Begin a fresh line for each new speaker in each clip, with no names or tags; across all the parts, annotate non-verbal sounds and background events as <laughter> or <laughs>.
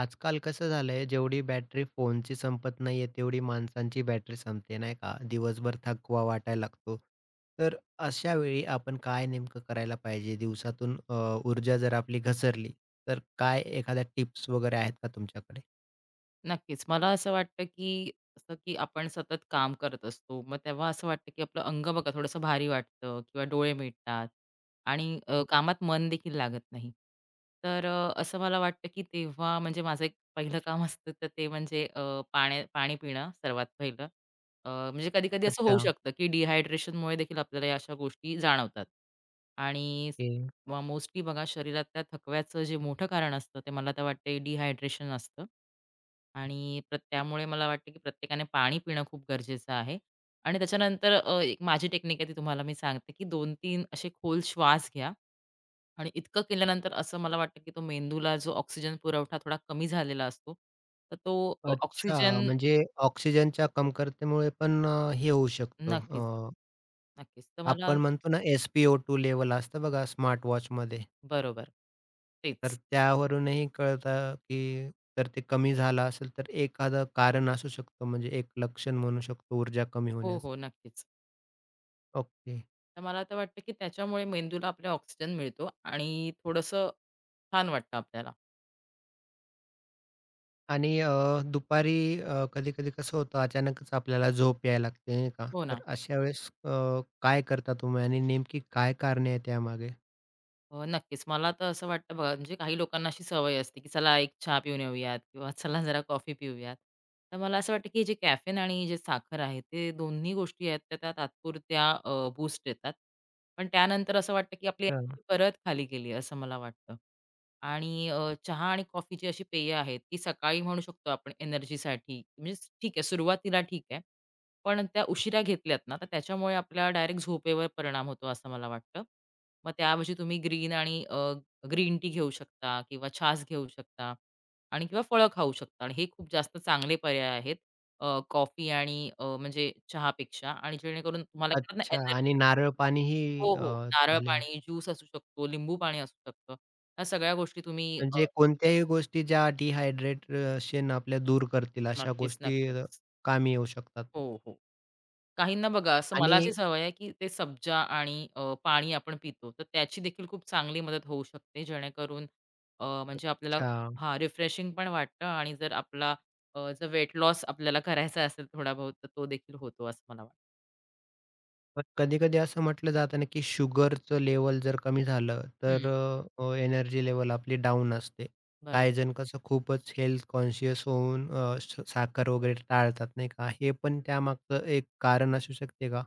आजकाल कसं झालंय, जेवढी बॅटरी फोनची संपत नाहीये, तेवढी माणसांची बॅटरी संपते, नाही का? दिवसभर थकवा वाटायला लागतो. तर अशा वेळी आपण काय नेमकं करायला पाहिजे? दिवसातून ऊर्जा जर आपली घसरली, तर काय एखाद्या टिप्स वगैरे आहेत का तुमच्याकडे?
नक्कीच. मला असं वाटतं, की असं की आपण सतत काम करत असतो. मग तेव्हा असं वाटतं, की आपलं अंग बघा थोडंसं भारी वाटतं किंवा डोळे मिटतात आणि
हो.
कामात मन देखील लागत नाही. तर असं मला वाटतं, की तेव्हा म्हणजे माझं एक पहिलं काम असतं, तर ते म्हणजे पाणी पिणं सर्वात पहिलं. म्हणजे कधी-कधी असं
अच्छा.
होऊ शकतं, की डिहायड्रेशनमुळे देखील आपल्याला या अशा गोष्टी जाणवतात आणि
ओके.
किंवा मोस्टली बघा शरीरात त्या थकव्याचं जे मोठं कारण असतं ते मला तर वाटते डिहायड्रेशन असतं आणि त्यामुळे मला वाटतं की प्रत्येकाने पाणी पिणं खूप गरजेचं आहे आणि त्याच्यानंतर एक माझी टेक्निक आहे ती तुम्हाला मी सांगते की दोन तीन असे खोल श्वास घ्या आणि इतकं केल्यानंतर असं मला वाटतं की तो मेंदूला जो ऑक्सिजन पुरवठा थोडा कमी झालेला असतो तर तो
अच्छा,
ऑक्सिजन
म्हणजे ऑक्सिजनच्या कमतरतेमुळे पण हे होऊ शकतं.
नक्कीच
अ,
नक्कीच तर मला
आपण म्हणतो ना, एस-पी-ओ-2 लेव्हल असतं बघा स्मार्टवॉचमध्ये.
बरोबर
तर
तेच
त्यावरूनही कळतं, की जर ते कमी झालं असेल, तर एखादं कारण असू शकतं, म्हणजे एक लक्षण म्हणू शकतो ऊर्जा कमी
हो
होण्याचं.
हो नक्कीच
ओके.
तर मला तर वाटतं, की त्याच्यामुळे मेंदूला आपल्या ऑक्सिजन मिळतो आणि थोडंसं छान वाटतं आपल्याला.
आणि अ, दुपारी कधी-कधी कसं होतं, अचानकच आपल्याला झोप यायला लागते, नाही का?
हो ना.
तर अशा वेळेस काय करता तुम्ही आणि नेमकी काय कारणे आहेत त्यामागे?
हो, नक्कीच. मला तर असं वाटतं बघा, म्हणजे काही लोकांना अशी सवय असते, की चला एक चहा पिऊन येऊयात किंवा <laughs> चला जरा कॉफी पिऊयात. तर मला असं वाटतं, की जे कॅफेन आणि जे साखर आहे, ते दोन्ही गोष्टी आहेत त्या त्या तात्पुरत्या बूस्ट देतात. पण त्यानंतर असं वाटतं, की आपली
हां.
एनर्जी परत खाली गेली असं मला वाटतं. आणि चहा आणि कॉफीची अशी पेय आहेत, की सकाळी म्हणू शकतो आपण एनर्जीसाठी म्हणजे ठीक आहे, सुरुवातीला ठीक आहे. पण त्या उशिरा घेतल्यात ना, तर त्याच्यामुळे आपल्या डायरेक्ट झोपेवर परिणाम होतो असं मला वाटतं. मग त्याऐवजी तुम्ही ग्रीन आणि ग्रीन टी घेऊ शकता किंवा छास घेऊ शकता आणि किंवा फळं खाऊ शकता आणि हे खूप जास्त चांगले पर्याय आहेत कॉफी आणि म्हणजे चहापेक्षा आणि जेणेकरून तुम्हाला एक म्हणतात ना
अच्छा
एनर्जी
आणि नारळ पाणीही
हो, हो.
अ,
नारळ
चालेल.
पाणी, ज्यूस असू शकतो, लिंबू पाणी असू शकतं. ह्या सगळ्या गोष्टी तुम्ही
म्हणजे कोणत्याही गोष्टी ज्या डिहायड्रेशन आपल्या दूर करतील, अशा
नक्कीच,
गोष्टी अ,
नक्कीच.
कामी येऊ शकतात.
हो, हो. काहींना बघा असं मला
आणि
अशी सवय आहे, की ते सब्जा आणि पाणी आपण पितो, तर त्याची देखील खूप चांगली मदत होऊ शकते. जेणेकरून म्हणजे आपल्याला
अच्छा.
हां, रिफ्रेशिंग पण वाटतं आणि जर आपला जर वेट लॉस आपल्याला करायचा असेल थोडा बहुत, तर तो देखील होतो असं मला वाटतं.
पण कधी-कधी असं म्हटलं जातं ना, की शुगरचं लेव्हल जर कमी झालं, तर
हं,
एनर्जी लेवल आपली डाऊन असते. काही
बरोबर.
जण कसं खूपच हेल्थ कॉन्शियस होऊन श साखर वगैरे टाळतात, नाही का? हे पण त्यामागचं एक कारण असू शकते का?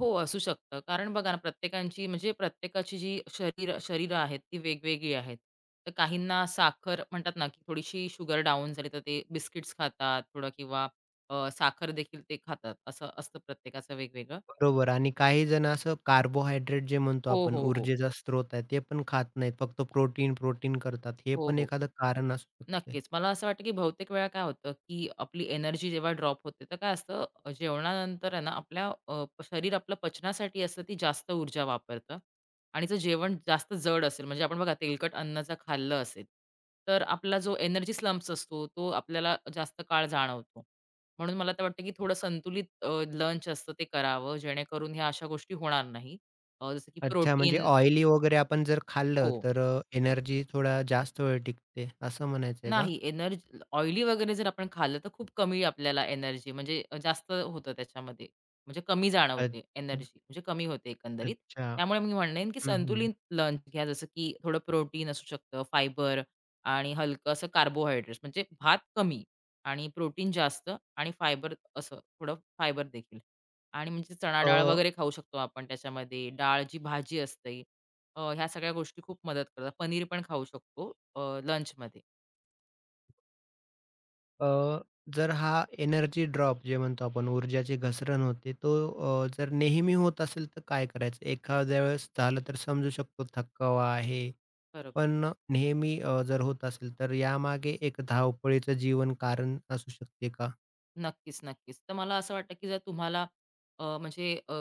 हो, असू शकतं. कारण बघा ना, प्रत्येकांची म्हणजे प्रत्येकाची जी शरीरं आहेत, ती वेगवेगळी आहेत. तर काहींना साखर म्हणतात ना, की थोडीशी शुगर डाउन झाली, तर ते बिस्किट्स खातात थोडं किंवा साखर देखील ते खातात. असं असतं प्रत्येकाचं वेगवेगळं.
बरोबर आणि काही जण असं कार्बोहायड्रेट जे म्हणतो
हो,
आपण,
हो, हो.
ऊर्जेचा स्रोत आहे, ते पण खात नाहीत. फक्त प्रोटीन, प्रोटीन करतात. हे
हो,
पण
हो.
एखादं कारण असू शकते.
नक्कीच. मला असं वाटतं, की बहुतेक वेळा काय होतं, की आपली एनर्जी जेव्हा ड्रॉप होते, तर काय असतं जेवणानंतर आहे ना आपल्या शरीर आपलं पचनासाठी असतं ती जास्त ऊर्जा वापरतं आणि जर जेवण जास्त जड असेल, म्हणजे आपण बघा तेलकट अन्न जर खाल्लं असेल, तर आपला जो एनर्जी स्लंप्स असतो, तो आपल्याला जास्त काळ जाणवतो. म्हणून मला तर वाटतं, की थोडं संतुलित लंच असतं ते करावं, जेणेकरून ह्या अशा गोष्टी होणार नाही. जसं की
अच्छा, म्हणजे
प्रोटीन
ऑइली वगैरे आपण जर खाल्लं
हो.
तर अ, एनर्जी थोडा जास्त वेळ टिकते, असं म्हणायचं का?
नाही एनर्जी ऑइली वगैरे जर आपण खाल्लं तर खूप कमी आपल्याला एनर्जी म्हणजे जास्त होतं त्याच्यामध्ये. म्हणजे कमी
अच्छ
जाणवते एनर्जी म्हणजे कमी होते एकंदरीत.
अच्छा.
त्यामुळे मी म्हणेन की
हं, हं.
संतुलित लंच घ्या जसं की थोडं प्रोटीन असू शकतं, फायबर आणि हलकं असं कार्बोहायड्रेट्स म्हणजे भात कमी आणि प्रोटीन जास्त आणि फायबर असं थोडं फायबर देखील. आणि म्हणजे चणा डाळ
अ,
वगैरे खाऊ शकतो आपण त्याच्यामध्ये. डाळची भाजी असते. ह्या सगळ्या गोष्टी खूप मदत करतात. पनीर पण खाऊ शकतो लंचमध्ये.
अ, जर हा एनर्जी ड्रॉप जे म्हणतो आपण ऊर्जाची घसरण होते, तो जर नेहमी होत असेल तर काय करायचं? एखाद्या वेळेस झालं तर समजू शकतो थकवा आहे,
बरोबर.
पण नेहमी जर होत असेल तर यामागे एक धावपळीचं जीवन कारण असू शकते का?
नक्कीच, नक्कीच. तर मला असं वाटतं, की जर तुम्हाला अ, म्हणजे अ,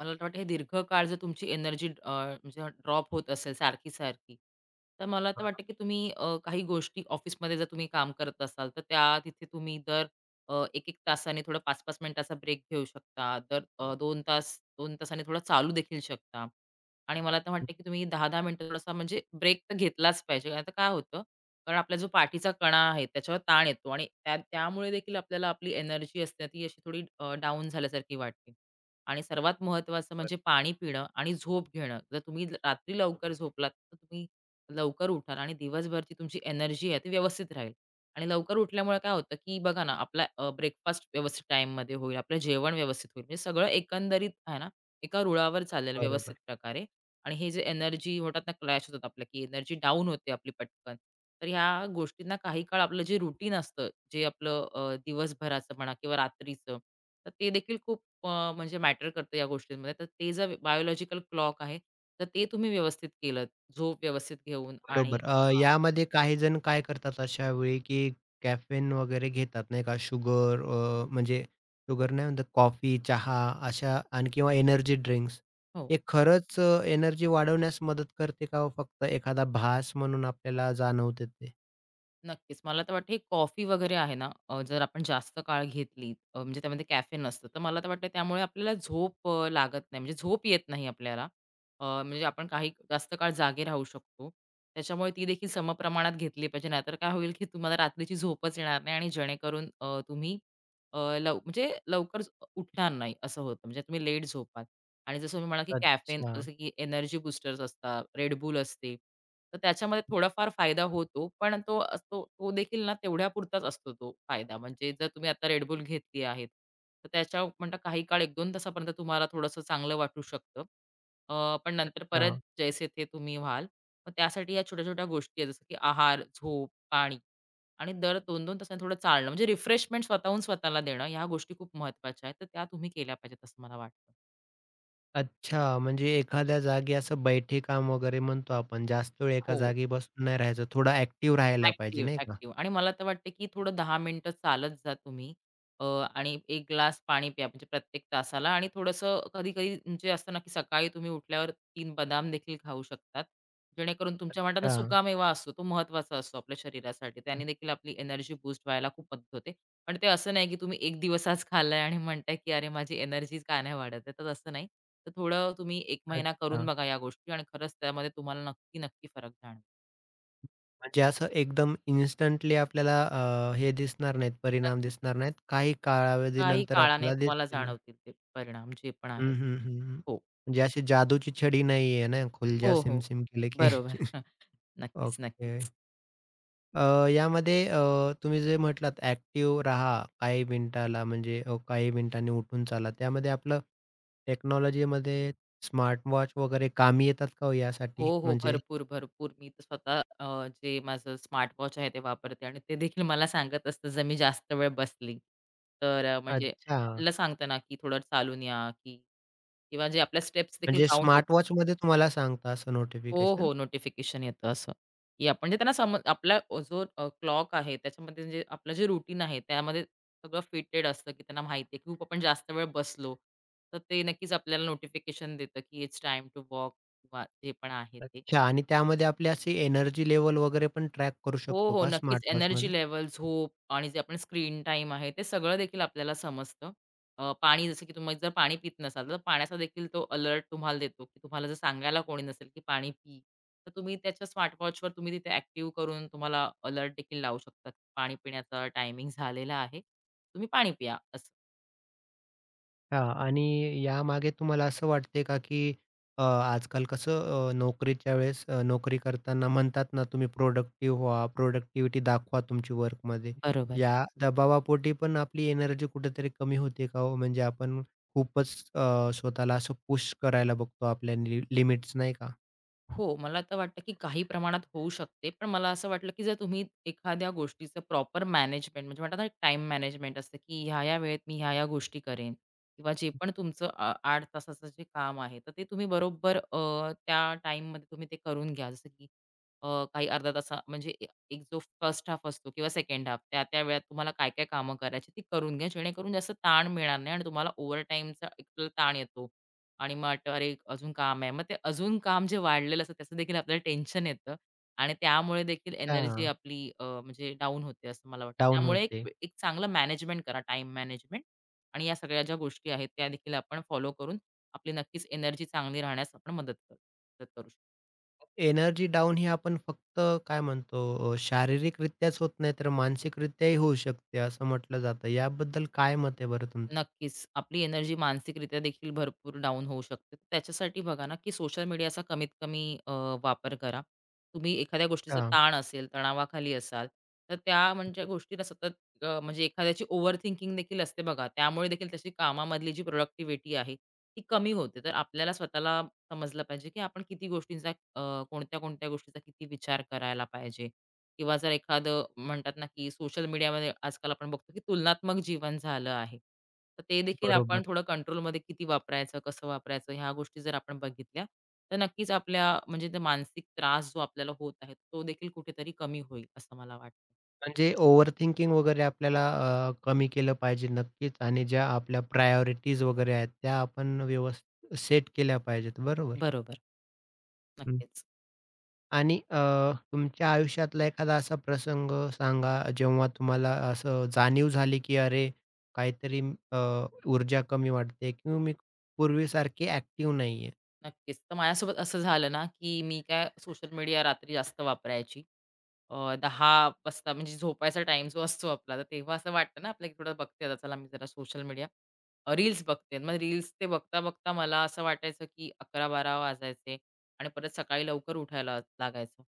मला तर वाटतं हे दीर्घकाळ जर तुमची एनर्जी म्हणजे ड्रॉप होत असेल सारखी-सारखी, तर मला तर
हां,
वाटतं, की तुम्ही काही गोष्टी ऑफिसमध्ये जर तुम्ही काम करत असाल, तर त्या तिथे तुम्ही दर 1-1 तासाने थोडा 5-5 मिनिटाचा ब्रेक घेऊ शकता. दर 2 तास 2 तासाने थोडा चालू देखील शकता. आणि मला तर वाटतं, की तुम्ही 10-10 मिनिटं थोडासा म्हणजे ब्रेक तर घेतलाच पाहिजे. आता काय होतं, कारण आपला जो पाठीचा कणा आहे त्याच्यावर ताण येतो आणि त्यामुळे देखील आपल्याला आपली एनर्जी असते ना, ती अशी थोडी डाऊन झाल्यासारखी वाटते. आणि सर्वात महत्त्वाचं म्हणजे पाणी पिणं आणि झोप घेणं. जर तुम्ही रात्री लवकर झोपलात, तर तुम्ही लवकर उठाल आणि दिवसभरची तुमची एनर्जी आहे ती व्यवस्थित राहील. आणि लवकर उठल्यामुळे काय होतं, की बघा ना आपला ब्रेकफास्ट व्यवस्थित टाईममध्ये होईल, आपलं जेवण व्यवस्थित होईल. म्हणजे सगळं एकंदरीत आहे ना, एका रुळावर चालेल व्यवस्थित
बरोबर.
प्रकारे आणि हे जे एनर्जी होतात ना क्लॅश होतात आपल्या, की एनर्जी डाऊन होते आपली पटकन. तर ह्या गोष्टींना काही काळ आपलं जे रुटीन असतं, जे आपलं दिवसभराचं म्हणा किंवा रात्रीचं, तर ते देखील खूप म्हणजे मॅटर करतं या गोष्टींमध्ये. तर ते जर बायोलॉजिकल क्लॉक आहे, तर ते तुम्ही व्यवस्थित केलंत, झोप व्यवस्थित घेऊन आणि
बरोबर.
हां.
यामध्ये काही जण काय करतात अशा वेळी, की कॅफेन वगैरे घेतात नाही का शुगर म्हणजे शुगर नाही म्हणतात कॉफी, चहा अशा आणि किंवा एनर्जी ड्रिंक्स.
हो.
हे खरंच एनर्जी वाढवण्यास मदत करते का हो फक्त एखादा भास म्हणून आपल्याला जाणवते ते?
नक्कीच. मला तर वाटतं, हे कॉफी वगैरे आहे ना, जर आपण जास्त काळ घेतली म्हणजे त्यामध्ये कॅफेन असतं, तर मला तर वाटतं त्यामुळे आपल्याला झोप लागत नाही. म्हणजे झोप येत नाही आपल्याला. म्हणजे आपण काही जास्त काळ जागे राहू शकतो. त्याच्यामुळे ती देखील समप्रमाणात घेतली पाहिजे. नाहीतर काय होईल, की तुम्हाला रात्रीची झोपच येणार नाही आणि जेणेकरून तुम्ही अ, लव म्हणजे लवकर उठणार नाही असं होतं. म्हणजे तुम्ही लेट झोपाल. आणि जसं तुम्ही म्हणाला, की कॅफेन
अच्छा,
जसं की एनर्जी बूस्टर्स असतात, Red Bull असते. तर त्याच्यामध्ये थोडाफार फायदा होतो, पण तो असतो तो देखील ना तेवढ्यापुरताच असतो तो फायदा. म्हणजे जर तुम्ही आता Red घेतली आहेत, तर त्याच्या म्हणता काही काळ 1-2 तासापर्यंत तुम्हाला थोडंसं चांगलं वाटू शकतं. पण नंतर
अच्छा.
परत जैसे थे तुम्ही व्हाल. मग त्यासाठी या छोट्या-छोट्या गोष्टी आहेत, जसं की आहार, झोप, पाणी आणि दर 2-2 तासांनी थोडं चालणं. म्हणजे रिफ्रेशमेंट स्वतःहून स्वतःला देणं, ह्या गोष्टी खूप महत्त्वाच्या आहेत. तर त्या तुम्ही केल्या पाहिजेत असं मला वाटतं.
अच्छा, म्हणजे एखाद्या जागी असं बैठे काम वगैरे म्हणतो आपण. जास्त वेळ एका
हो.
जागी बसून नाही राहायचं. थोडा ॲक्टिव्ह राहायला पाहिजे
ॲक्टिव्ह,
नाही का?
ॲक्टिव्ह आणि मला तर वाटतं, की थोडं 10 मिनिटं चालत जा तुम्ही अ, आणि एक ग्लास पाणी प्या म्हणजे प्रत्येक तासाला आणि थोडंसं कधी-कधी म्हणजे असतं ना, की सकाळी तुम्ही उठल्यावर तीन बदाम देखील खाऊ शकतात. जेणेकरून तुमच्या म्हणतात ना,
अच्छा.
सुकामेवा असतो तो महत्त्वाचा असतो आपल्या शरीरासाठी. त्याने देखील आपली एनर्जी बूस्ट व्हायला खूप मदत होते. पण ते असं नाही, की तुम्ही 1 दिवस खाल्लाय आणि म्हणताय, की "अरे, माझी एनर्जी का नाही वाढत आहे?" तर तसं नाही. तर थोडं तुम्ही 1 महिना करून
अच्छा.
बघा या गोष्टी आणि खरंच त्यामध्ये तुम्हाला नक्की, नक्की फरक जाणवेल.
म्हणजे असं एकदम इन्स्टंटली आपल्याला हे दिसणार नाहीत, परिणाम
नक्कीच,
दिसणार नाहीत.
नक्कीच.
काही
काही
कालावधीनंतर
काळाने
आपल्याला
तुम्हाला
दिसतील.
जाणवतील ते परिणाम जे पण
हं,
आहेत.
हं, हं, हं.
हो.
म्हणजे अशी जादूची छडी नाहीये ना, "खुल
हो, हो.
सिम-सिम केले" की.
बरोबर.
<laughs>
<laughs> नक्कीच,
ओके.
नक्कीच.
अ, यामध्ये अ, तुम्ही जे म्हटलात ॲक्टिव्ह राहा काही मिनिटाला म्हणजे काही मिनिटांनी उठून चाला. त्यामध्ये आपलं टेक्नॉलॉजीमध्ये स्मार्टवॉच वगैरे कामी येतात का हो
हो,
यासाठी?
हो.
म्हणजे
भरपूर, भरपूर. मी तर स्वतः जे माझं स्मार्टवॉच आहे ते वापरते आणि ते देखील मला सांगत असतं जर मी जास्त वेळ बसली, तर अ, म्हणजे
अच्छा.
आपल्याला सांगतं ना, की थोडं चालून या, की किंवा जे आपल्या स्टेप्स देखील
म्हणजे
काउंट होतात.
स्मार्टवॉचमध्ये तुम्हाला सांगता असं
हो,
नोटिफिकेशन?
हो. नोटिफिकेशन येतं असं, की आपण जे त्यांना समज आपला जो क्लॉक आहे त्याच्यामध्ये जे आपलं जे रूटीन आहे त्यामध्ये सगळं फिटेड असतं, की त्यांना माहिती आहे, की खूप आपण जास्त वेळ बसलो, तर ते नक्कीच आपल्याला नोटिफिकेशन देतं, की इट्स टाइम टू वॉक किंवा जे पण आहे ते.
अच्छा आणि त्यामध्ये आपली अशी एनर्जी लेवल वगैरे पण ट्रॅक करू
हो,
शकतो
हो.
का स्मार्ट
नक्कीच एनर्जी
वॉचमध्ये?
लेव्हल, झोप आणि जे आपण स्क्रीन टाइम आहे, ते सगळं देखील आपल्याला समजतं. पाणी जसं की तुम्ही जर पाणी पित नसाल, तर पाण्याचा देखील तो अलर्ट तुम्हाला देतो, की तुम्हाला जर सांगायला कोणी नसेल, की पाणी पी, तर तुम्ही त्याच्या स्मार्टवॉचवर तुम्ही तिथे ॲक्टिव्ह करून तुम्हाला अलर्ट देखील लावू शकतात. पाणी पिण्याचा टायमिंग झालेला आहे. तुम्ही पाणी पिया असं.
हां आणि यामागे तुम्हाला असं वाटते का, की आजकाल कसं नोकरीच्या वेळेस नोकरी करताना म्हणतात ना, तुम्ही प्रोडक्टिव्ह व्हा, प्रोडक्टिव्हिटी दाखवा तुमची वर्कमध्ये.
बरोबर.
या दबावापोटी पण आपली एनर्जी कुठेतरी कमी होते का हो? म्हणजे आपण खूपच स्वतःला असं पुश करायला बघतो आपल्या लिमिट्स नाही का?
हो, मला तर वाटतं की काही प्रमाणात होऊ शकते. पण मला असं वाटलं की जर तुम्ही एखाद्या गोष्टीचं प्रॉपर मॅनेजमेंट म्हणजे म्हणतात ना, एक मॅनेजमेंट असतं की ह्या-ह्या वेळेत मी ह्या-ह्या गोष्टी करेन किंवा जे पण तुमचं 8 तासाचं जे काम आहे, तर ते तुम्ही बरोबर त्या टाईममध्ये तुम्ही ते करून घ्या. जसं की अ, काही अर्धा तासा म्हणजे एक जो फर्स्ट हाल्फ असतो किंवा सेकंड हाल्फ त्या-त्या वेळात तुम्हाला काय-काय कामं करायची ती करून घ्या. जेणेकरून जास्त ताण मिळणार नाही आणि तुम्हाला ओव्हरटाईमचा एक ताण येतो आणि मग वाटतं अरे अजून काम आहे. मग ते अजून काम जे वाढलेलं असतं त्याचं देखील आपल्याला टेन्शन येतं आणि त्यामुळे देखील एनर्जी
अच्छा
आपली म्हणजे डाऊन होते असं मला वाटतं.
डाउन
त्यामुळे
होते.
एक चांगलं मॅनेजमेंट करा, टाईम मॅनेजमेंट आणि या सगळ्या ज्या गोष्टी आहेत त्या देखील आपण फॉलो करून आपली नक्कीच एनर्जी चांगली राहण्यास आपण मदत करू शकतो.
एनर्जी डाऊन ही आपण फक्त काय म्हणतो शारीरिकरित्याच होत नाही, तर मानसिकरित्याही होऊ शकते असं म्हटलं जातं. याबद्दल काय मत आहे बरं तुमचं?
नक्कीच. आपली एनर्जी मानसिकरित्या देखील भरपूर डाऊन होऊ शकते. तर त्याच्यासाठी बघा ना, की सोशल मीडियाचा कमीत कमी वापर करा. तुम्ही एखाद्या गोष्टीचा
हां,
ताण असेल, तणावाखाली असाल, तर त्या म्हणजे गोष्टीला सतत म्हणजे एखाद्याची ओव्हर थिंकिंग देखील असते बघा. त्यामुळे देखील त्याची कामामधली जी प्रोडक्टिव्हिटी आहे, ती कमी होते. तर आपल्याला स्वतःला समजलं पाहिजे, की आपण किती गोष्टींचा कोणत्या-कोणत्या गोष्टीचा किती विचार करायला पाहिजे. किंवा जर एखादं म्हणतात ना, की सोशल मीडियामध्ये आजकाल आपण बघतो, की तुलनात्मक जीवन झालं आहे. तर ते देखील आपण
बरोबर.
थोडं कंट्रोलमध्ये किती वापरायचं, कसं वापरायचं ह्या गोष्टी जर आपण बघितल्या, तर नक्कीच आपल्या म्हणजे ते मानसिक त्रास जो आपल्याला होत आहे, तो देखील कुठेतरी कमी होईल असं मला वाटतं.
म्हणजे ओव्हरथिंकिंग वगैरे आपल्याला कमी केलं पाहिजे नक्कीच आणि ज्या आपल्या प्रायोरिटीज वगैरे आहेत त्या आपण व्यवस्थित सेट केल्या पाहिजेत. बरोबर.
बरोबर. नक्कीच.
आणि अ, तुमच्या आयुष्यातला एखादा असा प्रसंग सांगा, जेव्हा तुम्हाला असं जाणीव झाली, की अरे, काहीतरी अ, ऊर्जा कमी वाटते किंवा मी पूर्वीसारखी ॲक्टिव्ह नाहीये.
नक्कीच. तर माझ्यासोबत असं झालं ना, की मी काय सोशल मीडिया रात्री जास्त वापरायची. 10 वाजता म्हणजे झोपायचा टाईम जो असतो आपला, तर तेव्हा असं वाटतं ना आपल्याला, की थोडं बघते आता चला मी जरा सोशल मीडिया रील्स बघते. मग रील्स ते बघता-बघता मला असं वाटायचं, की 11-12 वाजायचे आणि परत सकाळी लवकर उठायला लागायचं.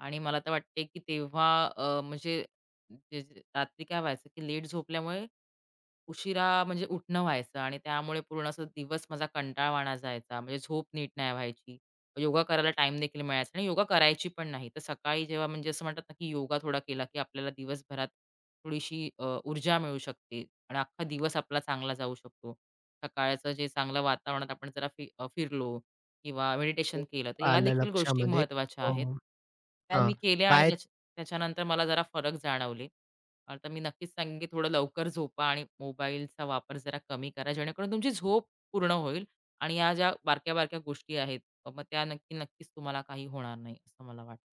आणि मला तर वाटते, की तेव्हा अ, म्हणजे जे जे रात्री काय व्हायचं, की लेट झोपल्यामुळे उशिरा म्हणजे उठणं व्हायचं आणि त्यामुळे पूर्ण असं दिवस माझा कंटाळवाणा जायचा. म्हणजे झोप नीट नाही व्हायची. योगा करायला टाइम देखील मिळायचा आणि योगा करायची पण नाही. तर सकाळी जेव्हा म्हणजे असं म्हणतात ना, की योगा थोडा केला, की आपल्याला दिवसभरात थोडीशी ऊर्जा मिळू शकते आणि अख्खा दिवस आपला चांगला जाऊ शकतो. सकाळचं जे चांगलं वातावरणात आपण जरा फिरलो किंवा मेडिटेशन केलं, तर या
आलं
देखील गोष्टी
लक्षामध्ये
महत्त्वाच्या
अ,
आहेत. त्या
हां.
मी केल्या आणि
काय
त्याच्या त्याच्यानंतर मला जरा फरक जाणवले. तर मी नक्कीच सांगेन, की थोडं लवकर झोपा आणि मोबाईलचा वापर जरा कमी करा, जेणेकरून तुमची झोप पूर्ण होईल आणि या ज्या बारक्या-बारक्या गोष्टी आहेत, मग त्या नक्कीच तुम्हाला काही होणार नाही, असं मला वाटतं.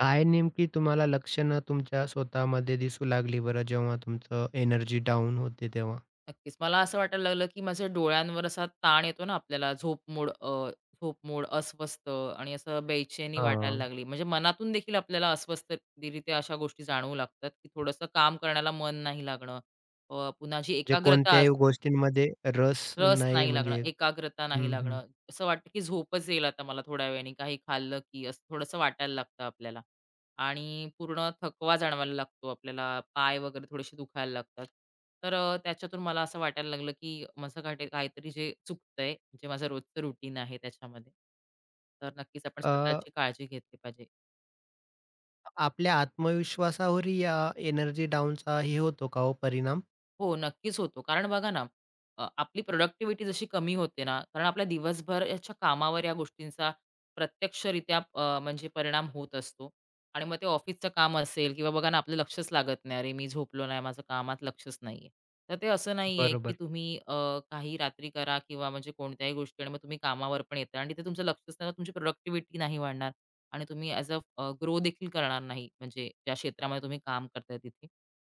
काय नेमकी तुम्हाला लक्षणं तुमच्या स्वतःमध्ये दिसू लागली बरं, जेव्हा तुमचं एनर्जी डाऊन होते तेव्हा?
नक्कीच. मला असं वाटायला लागलं, की माझ्या डोळ्यांवर असा ताण येतो ना आपल्याला झोपमोड, अस्वस्थ आणि असं बेचैनी वाटायला
हां.
लागली. म्हणजे मनातून देखील आपल्याला अस्वस्थरित्या अशा गोष्टी जाणवू लागतात, की थोडंसं काम करण्याला मन नाही लागणं. अ, पुन्हा जी
म्हणजे
एकाग्रता
कोणत्याही
असते
गोष्टींमध्ये रस
रस
नाही
नाही लागणं,
म्हणजे
एकाग्रता नाही
हं, हं.
लागणं. असं वाटतं की झोपच येईल आता मला थोड्या वेळाने, काही खाल्लं की असं थोडंसं वाटायला लागतं आपल्याला. आणि पूर्ण थकवा जाणवायला लागतो आपल्याला, पाय वगैरे थोडेसे दुखायला लागतात. तर त्याच्यातून मला असं वाटायला लागलं की माझं काही काहीतरी जे चुकतंय, जे माझं रोजचं रुटीन आहे त्याच्यामध्ये. तर नक्कीच आपण
अ
स्वतःची काळजी घेतली पाहिजे.
आपल्या आत्मविश्वासावरही या एनर्जी डाऊनचा हे होतो का हो परिणाम?
हो, नक्कीच होतो. कारण बघा ना, आपली प्रॉडक्टिव्हिटी जशी कमी होते ना, कारण आपल्या दिवसभर याच्या कामावर या गोष्टींचा प्रत्यक्षरित्या म्हणजे परिणाम होत असतो. आणि मग ते ऑफिसचं काम असेल किंवा बघा ना, आपलं लक्षच लागत नाही. अरे, मी झोपलो नाही, माझं कामात लक्षच नाहीये. तर ते असं नाहीये, की
बरोबर.
तुम्ही काही रात्री करा किंवा म्हणजे कोणत्याही गोष्टी आणि मग तुम्ही कामावर पण येता आणि तिथे तुमचं लक्षच नाही, मग तुमची प्रॉडक्टिव्हिटी नाही वाढणार. आणि तुम्ही ग्रो देखील करणार नाही, म्हणजे ज्या क्षेत्रामध्ये तुम्ही काम करताय तिथे.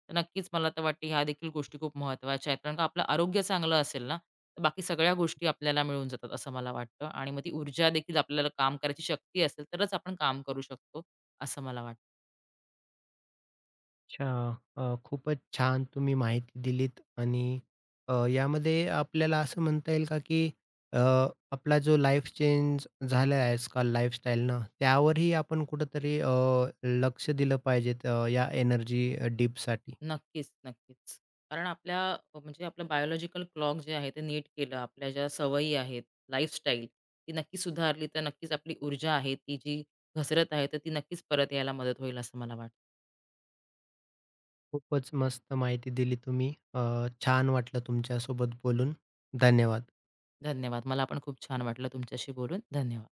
तर नक्कीच मला तर वाटते ह्या देखील गोष्टी खूप महत्त्वाच्या आहेत. कारण का आपलं आरोग्य चांगलं असेल ना, तर बाकी सगळ्या गोष्टी आपल्याला मिळून जातात असं मला वाटतं आणि मग ती ऊर्जा देखील आपल्याला काम करायची शक्ती असेल तरच आपण काम करू शकतो, असं मला वाटतं.
अच्छा. खूपच छान तुम्ही माहिती दिलीत आणि यामध्ये आपल्याला असं म्हणता येईल का, की अ, आपला जो लाईफ चेंज झाला आहे आजकाल लाईफस्टाईलनं, त्यावरही आपण कुठेतरी लक्ष दिलं पाहिजे या एनर्जी.
नक्कीच, नक्कीच. कारण आपल्या अ, म्हणजे आपलं बायोलॉजिकल क्लॉक जे आहे ते नीट केलं, आपल्या ज्या सवयी आहेत, लाईफस्टाईल ती नक्की सुधारली तर नक्कीच आपली ऊर्जा आहे ती जी घसरत आहे, तर ती नक्कीच परत यायला मदत होईल असं मला वाटतं.
खूपच मस्त माहिती दिली तुम्ही. छान वाटलं तुमच्यासोबत बोलून. धन्यवाद.
धन्यवाद. मला पण खूप छान वाटलं तुमच्याशी बोलून. धन्यवाद.